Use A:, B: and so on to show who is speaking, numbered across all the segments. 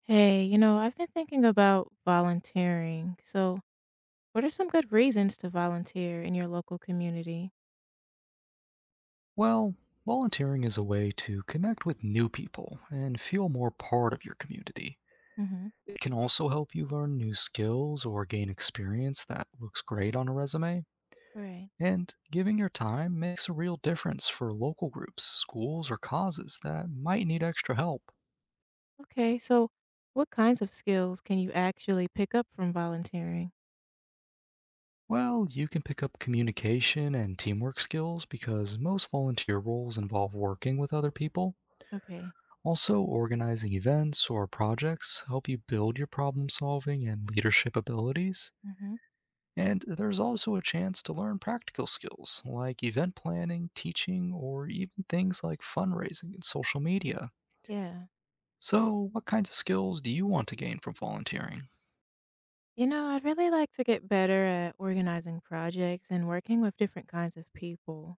A: Hey, I've been thinking about volunteering. So, what are some good reasons to volunteer in your local community?
B: Well, volunteering is a way to connect with new people and feel more part of your community.
A: Hmm.
B: It can also help you learn new skills or gain experience that looks great on a resume.
A: Right.
B: And giving your time makes a real difference for local groups, schools, or causes that might need extra help.
A: Okay. So, what kinds of skills can you actually pick up from volunteering?
B: Well, you can pick up communication and teamwork skills because most volunteer roles involve working with other people.
A: Okay.
B: Also, organizing events or projects help you build your problem solving and leadership abilities.
A: Hmm.
B: And there's also a chance to learn practical skills like event planning, teaching, or even things like fundraising and social media.
A: Yeah.
B: So, what kinds of skills do you want to gain from volunteering?
A: I'd really like to get better at organizing projects and working with different kinds of people.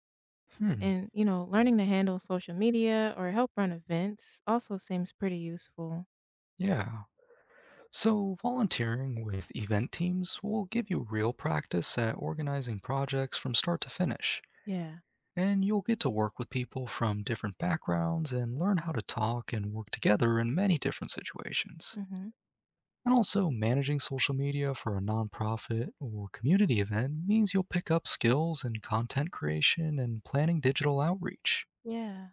B: Hmm,
A: And learning to handle social media or help run events also seems pretty useful.
B: yeah. So, volunteering with event teams will give you real practice at organizing projects from start to finish.
A: Yeah.
B: And you'll get to work with people from different backgrounds and learn how to talk and work together in many different situations.
A: Hmm.
B: And also, managing social media for a nonprofit or community event means you'll pick up skills in content creation and planning digital outreach.
A: Yeah.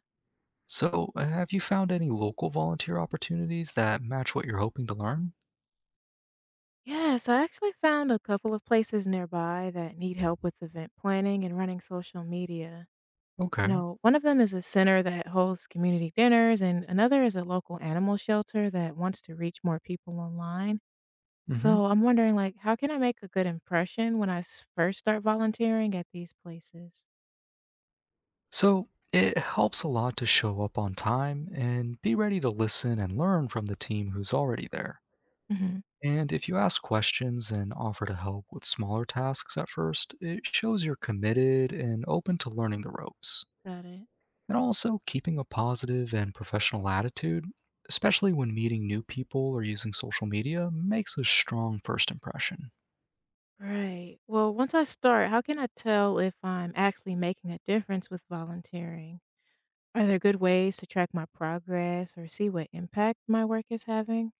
B: So, have you found any local volunteer opportunities that match what you're hoping to learn?
A: Yes, I actually found a couple of places nearby that need help with event planning and running social media. You
B: Okay.
A: know, one of them is a center that holds community dinners, and another is a local animal shelter that wants to reach more people online.
B: Hmm.
A: So I'm wondering, like, how can I make a good impression when I first start volunteering at these places?
B: So, it helps a lot to show up on time and be ready to listen and learn from the team who's already there.
A: Hmm.
B: And if you ask questions and offer to help with smaller tasks at first, it shows you're committed and open to learning the ropes.
A: Got it.
B: And also keeping a positive and professional attitude, especially when meeting new people or using social media, makes a strong first impression.
A: Right. Well, once I start, how can I tell if I'm actually making a difference with volunteering? Are there good ways to track my progress or see what impact my work is having?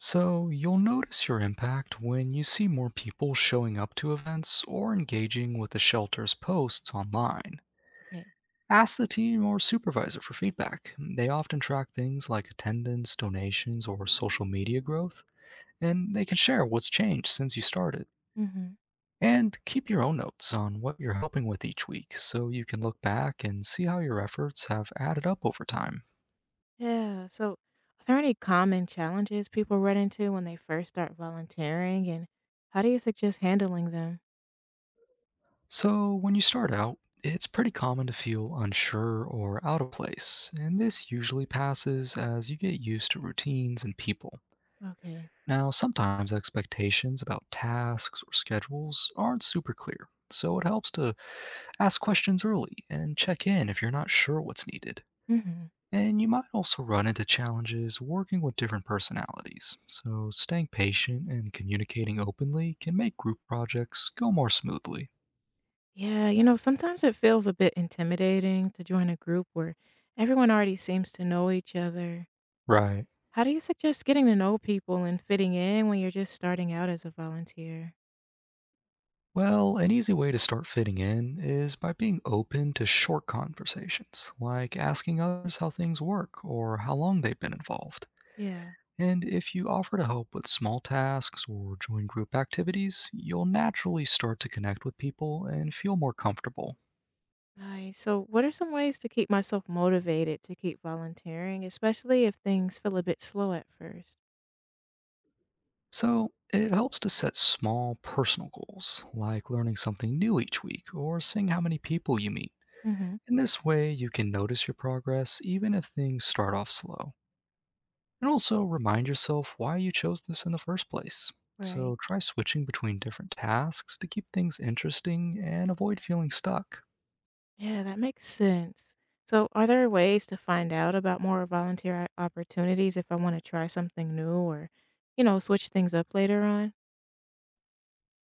B: So you'll notice your impact when you see more people showing up to events or engaging with the shelter's posts online.
A: Okay.
B: Ask the team or supervisor for feedback. They often track things like attendance, donations, or social media growth, and they can share what's changed since you started.
A: Hmm.
B: And keep your own notes on what you're helping with each week so you can look back and see how your efforts have added up over time.
A: Yeah. So, are there any common challenges people run into when they first start volunteering, and how do you suggest handling them?
B: So, when you start out, it's pretty common to feel unsure or out of place, and this usually passes as you get used to routines and people.
A: Okay.
B: Now, sometimes expectations about tasks or schedules aren't super clear, so it helps to ask questions early and check in if you're not sure what's needed.
A: Hmm.
B: And you might also run into challenges working with different personalities, so staying patient and communicating openly can make group projects go more smoothly.
A: Yeah. Sometimes it feels a bit intimidating to join a group where everyone already seems to know each other.
B: Right.
A: How do you suggest getting to know people and fitting in when you're just starting out as a volunteer?
B: Well, an easy way to start fitting in is by being open to short conversations, like asking others how things work or how long they've been involved.
A: Yeah.
B: And if you offer to help with small tasks or join group activities, you'll naturally start to connect with people and feel more comfortable.
A: Nice. So, what are some ways to keep myself motivated to keep volunteering, especially if things feel a bit slow at first?
B: So, it helps to set small personal goals, like learning something new each week or seeing how many people you meet.
A: Mm-hmm.
B: In this way, you can notice your progress even if things start off slow. And also remind yourself why you chose this in the first place.
A: Right.
B: So, try switching between different tasks to keep things interesting and avoid feeling stuck.
A: Yeah, that makes sense. So, are there ways to find out about more volunteer opportunities if I want to try something new or switch things up later on?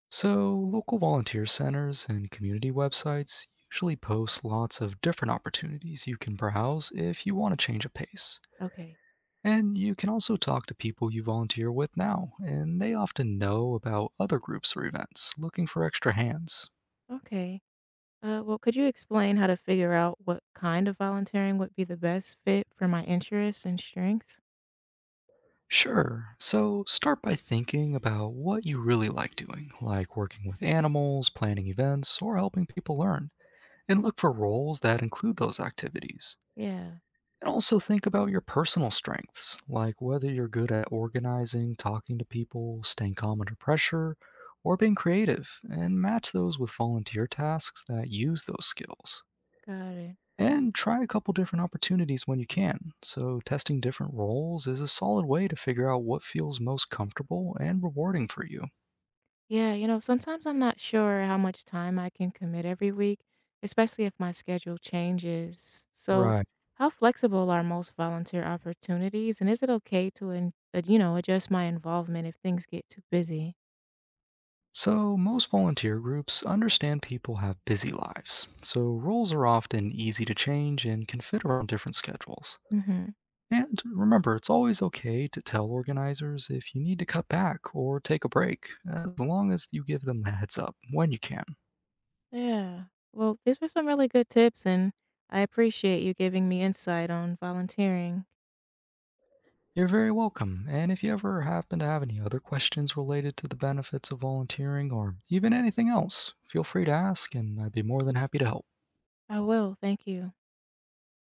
B: So, local volunteer centers and community websites usually post lots of different opportunities you can browse if you want to change a pace.
A: Okay.
B: And you can also talk to people you volunteer with now, and they often know about other groups or events looking for extra hands.
A: Okay. Well, could you explain how to figure out what kind of volunteering would be the best fit for my interests and strengths?
B: Sure, so start by thinking about what you really like doing, like working with animals, planning events, or helping people learn, and look for roles that include those activities.
A: Yeah,
B: And also think about your personal strengths, like whether you're good at organizing, talking to people, staying calm under pressure, or being creative, and match those with volunteer tasks that use those skills.
A: got it.
B: And try a couple different opportunities when you can. So, testing different roles is a solid way to figure out what feels most comfortable and rewarding for you.
A: Yeah, sometimes I'm not sure how much time I can commit every week, especially if my schedule changes. So,
B: Right.
A: how flexible are most volunteer opportunities, and is it okay to adjust my involvement if things get too busy?
B: So, most volunteer groups understand people have busy lives, so roles are often easy to change and can fit around different schedules.
A: Hmm.
B: And remember, it's always okay to tell organizers if you need to cut back or take a break, as long as you give them the heads up when you can.
A: Yeah. Well, these were some really good tips, and I appreciate you giving me insight on volunteering.
B: You're very welcome, and if you ever happen to have any other questions related to the benefits of volunteering or even anything else, feel free to ask and I'd be more than happy to help.
A: I will. Thank you.